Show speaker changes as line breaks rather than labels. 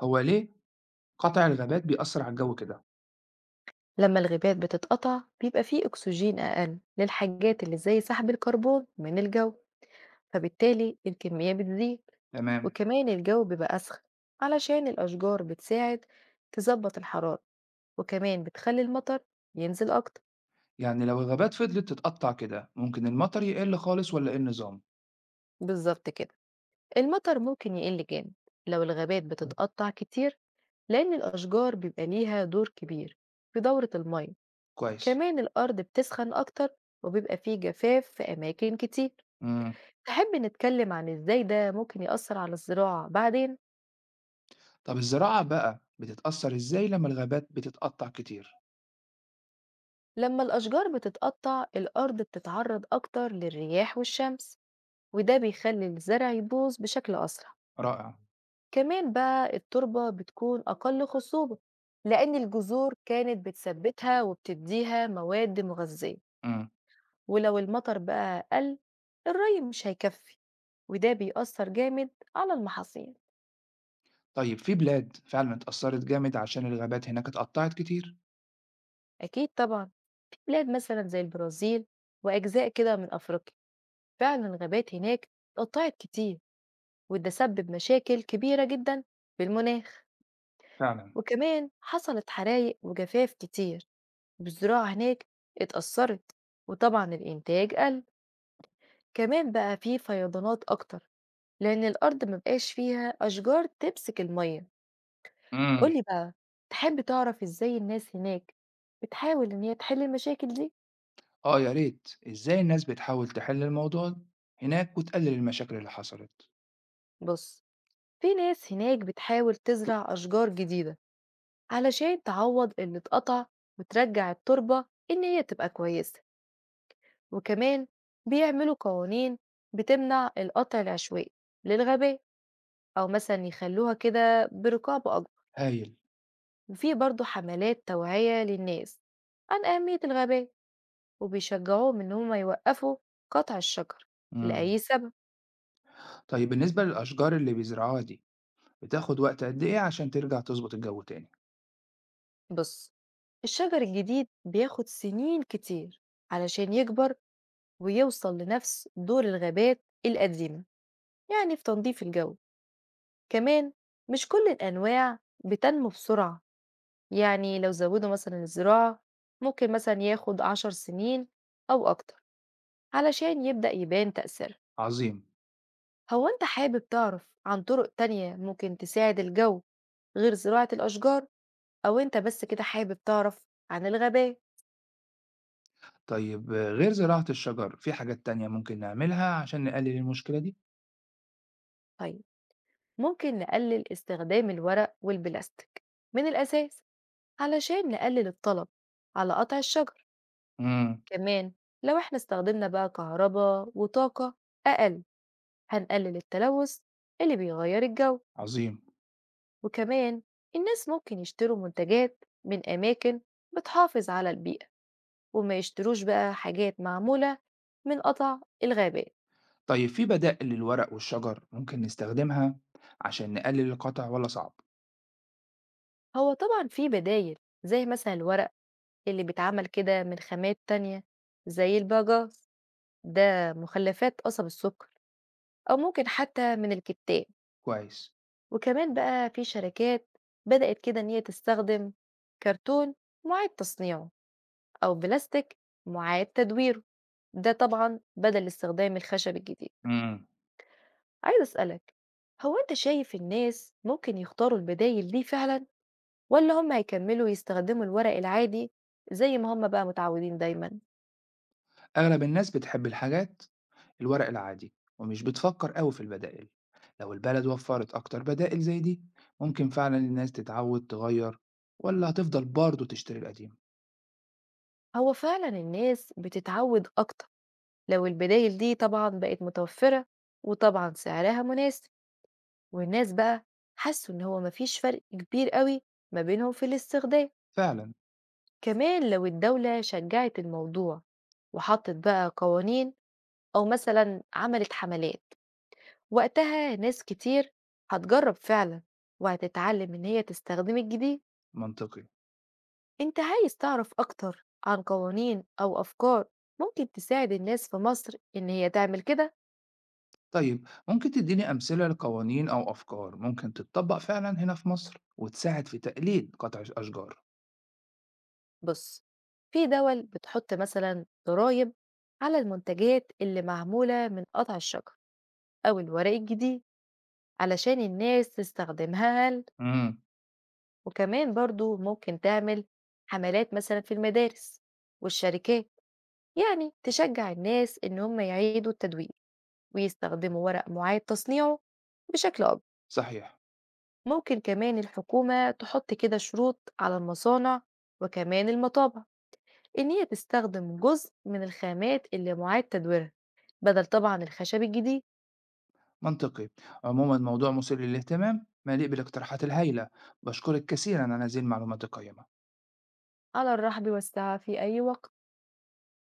هو ليه قطع الغابات بيأثر على الجو كده؟
لما الغابات بتتقطع بيبقى فيه أكسجين أقل للحاجات اللي زي سحب الكربون من الجو، فبالتالي الكمية بتزيد.
تمام.
وكمان الجو بيبقى أسخن علشان الأشجار بتساعد تظبط الحرارة، وكمان بتخلي المطر ينزل أكتر.
يعني لو الغابات فضلت تتقطع كده ممكن المطر يقل خالص ولا ايه النظام؟
بالظبط كده، المطر ممكن يقل جامد لو الغابات بتتقطع كتير، لأن الأشجار بيبقى ليها دور كبير في دورة المية.
كويس.
كمان الأرض بتسخن أكتر وبيبقى فيه جفاف في أماكن كتير.
امم
تحب نتكلم عن إزاي ده ممكن يأثر على الزراعة بعدين؟
طب الزراعة بقى بتتأثر ازاي لما الغابات بتتقطع كتير؟
لما الأشجار بتتقطع الأرض بتتعرض أكتر للرياح والشمس، وده بيخلي الزرع يبوظ بشكل أسرع.
رائع.
كمان بقى التربة بتكون أقل خصوبة، لأن الجذور كانت بتثبتها وبتديها مواد مغذية.
امم
ولو المطر بقى قل، الري مش هيكفي، وده بيأثر جامد على المحاصيل.
طيب في بلاد فعلا اتأثرت جامد عشان الغابات هناك اتقطعت كتير؟
أكيد طبعا، في بلاد مثلا زي البرازيل وأجزاء كده من أفريقيا فعلا الغابات هناك اتقطعت كتير، وده سبب مشاكل كبيرة جدا في المناخ.
فعلا.
وكمان حصلت حرايق وجفاف كتير، والزراعة هناك اتأثرت، وطبعا الإنتاج قل. كمان بقى فيه فيضانات أكتر، لأن الأرض مبقاش فيها أشجار تمسك المية.
امم
قولي بقى، تحب تعرف إزاي الناس هناك بتحاول إن هي تحل المشاكل دي؟
اه يا ريت ازاي الناس بتحاول تحل الموضوع هناك وتقلل المشاكل اللي حصلت.
بص، في ناس هناك بتحاول تزرع أشجار جديدة علشان تعوض اللي اتقطع، وترجع التربة إن هي تبقى كويسة. وكمان بيعملوا قوانين بتمنع القطع العشوائي للغابات، أو مثلا يخلوها كده برقابة أكبر.
هايل.
وفي برضو حملات توعية للناس عن أهمية الغابات، وبيشجعوهم إن هما يوقفوا قطع الشجر
امم
لأي سبب.
طيب بالنسبة للأشجار اللي بيزرعوها دي بتاخد وقت قد إيه عشان ترجع تضبط الجو تاني؟
بص، الشجر الجديد بياخد سنين كتير علشان يكبر ويوصل لنفس دور الغابات القديمة، يعني في تنظيف الجو. كمان مش كل الأنواع بتنمو بسرعة، يعني لو زودوا مثلا الزراعة ممكن مثلا ياخد 10 سنين أو أكتر علشان يبدأ يبان تأثير.
عظيم.
هو أنت حابب تعرف عن طرق تانية ممكن تساعد الجو غير زراعة الأشجار، أو أنت بس كده حابب تعرف عن الغابات؟
طيب آه، غير زراعة الشجر في حاجات تانية ممكن نعملها عشان نقلل المشكلة دي؟
طيب، ممكن نقلل استخدام الورق والبلاستيك من الأساس علشان نقلل الطلب على قطع الشجر.
امم
كمان لو احنا استخدمنا بقى كهرباء وطاقة أقل، هنقلل التلوث اللي بيغير الجو.
عظيم.
وكمان الناس ممكن يشتروا منتجات من أماكن بتحافظ على البيئة، وما يشتروش بقى حاجات معمولة من قطع الغابات.
طيب في بدائل للورق والشجر ممكن نستخدمها عشان نقلل القطع ولا صعب؟
هو طبعا في بدايل زي مثلا الورق اللي بيتعمل كده من خامات تانية زي الباجاس، ده مخلفات قصب السكر، أو ممكن حتى من الكتان.
كويس.
وكمان بقى في شركات بدأت كده إن هي تستخدم كرتون معاد تصنيعه، أو بلاستيك معاد تدويره، ده طبعا بدل استخدام الخشب الجديد.
امم
عايز أسألك، هو أنت شايف الناس ممكن يختاروا البدايل دي فعلا، ولا هم هيكملوا يستخدموا الورق العادي زي ما هم بقى متعودين دايما؟
أغلب الناس بتحب الحاجات الورق العادي ومش بتفكر قوي في البدائل. لو البلد وفرت أكتر بدائل زي دي ممكن فعلا الناس تتعود تغير ولا هتفضل برضه تشتري القديم؟
هو فعلا الناس بتتعود أكتر لو البدايل دي طبعا بقت متوفرة، وطبعا سعرها مناسب، والناس بقى حسوا إن هو مفيش فرق كبير قوي ما بينهم في الاستخدام.
فعلا.
كمان لو الدولة شجعت الموضوع وحطت بقى قوانين، أو مثلا عملت حملات، وقتها ناس كتير هتجرب فعلا، وهتتعلم إن هي تستخدم الجديد.
منطقي.
أنت عايز تعرف أكتر عن قوانين أو أفكار ممكن تساعد الناس في مصر إن هي تعمل كده؟
طيب ممكن تديني أمثلة لقوانين أو أفكار ممكن تتطبق فعلا هنا في مصر وتساعد في تقليل قطع الأشجار؟
بص، في دول بتحط مثلا ضرايب على المنتجات اللي معمولة من قطع الشجر أو الورق الجديد، علشان الناس تستخدمها أقل.
امم
وكمان برضو ممكن تعمل حملات مثلا في المدارس والشركات، يعني تشجع الناس إن هم يعيدوا التدوير، ويستخدموا ورق معاد تصنيعه بشكل أكبر.
صحيح.
ممكن كمان الحكومة تحط كده شروط على المصانع وكمان المطابع إن هي تستخدم جزء من الخامات اللي معاد تدويرها، بدل طبعا الخشب الجديد.
منطقي. عموما موضوع مثير للاهتمام مليء بالاقتراحات الهائلة. بشكرك كثيرا على هذه المعلومات القيمة.
على الرحب والسعة في أي وقت.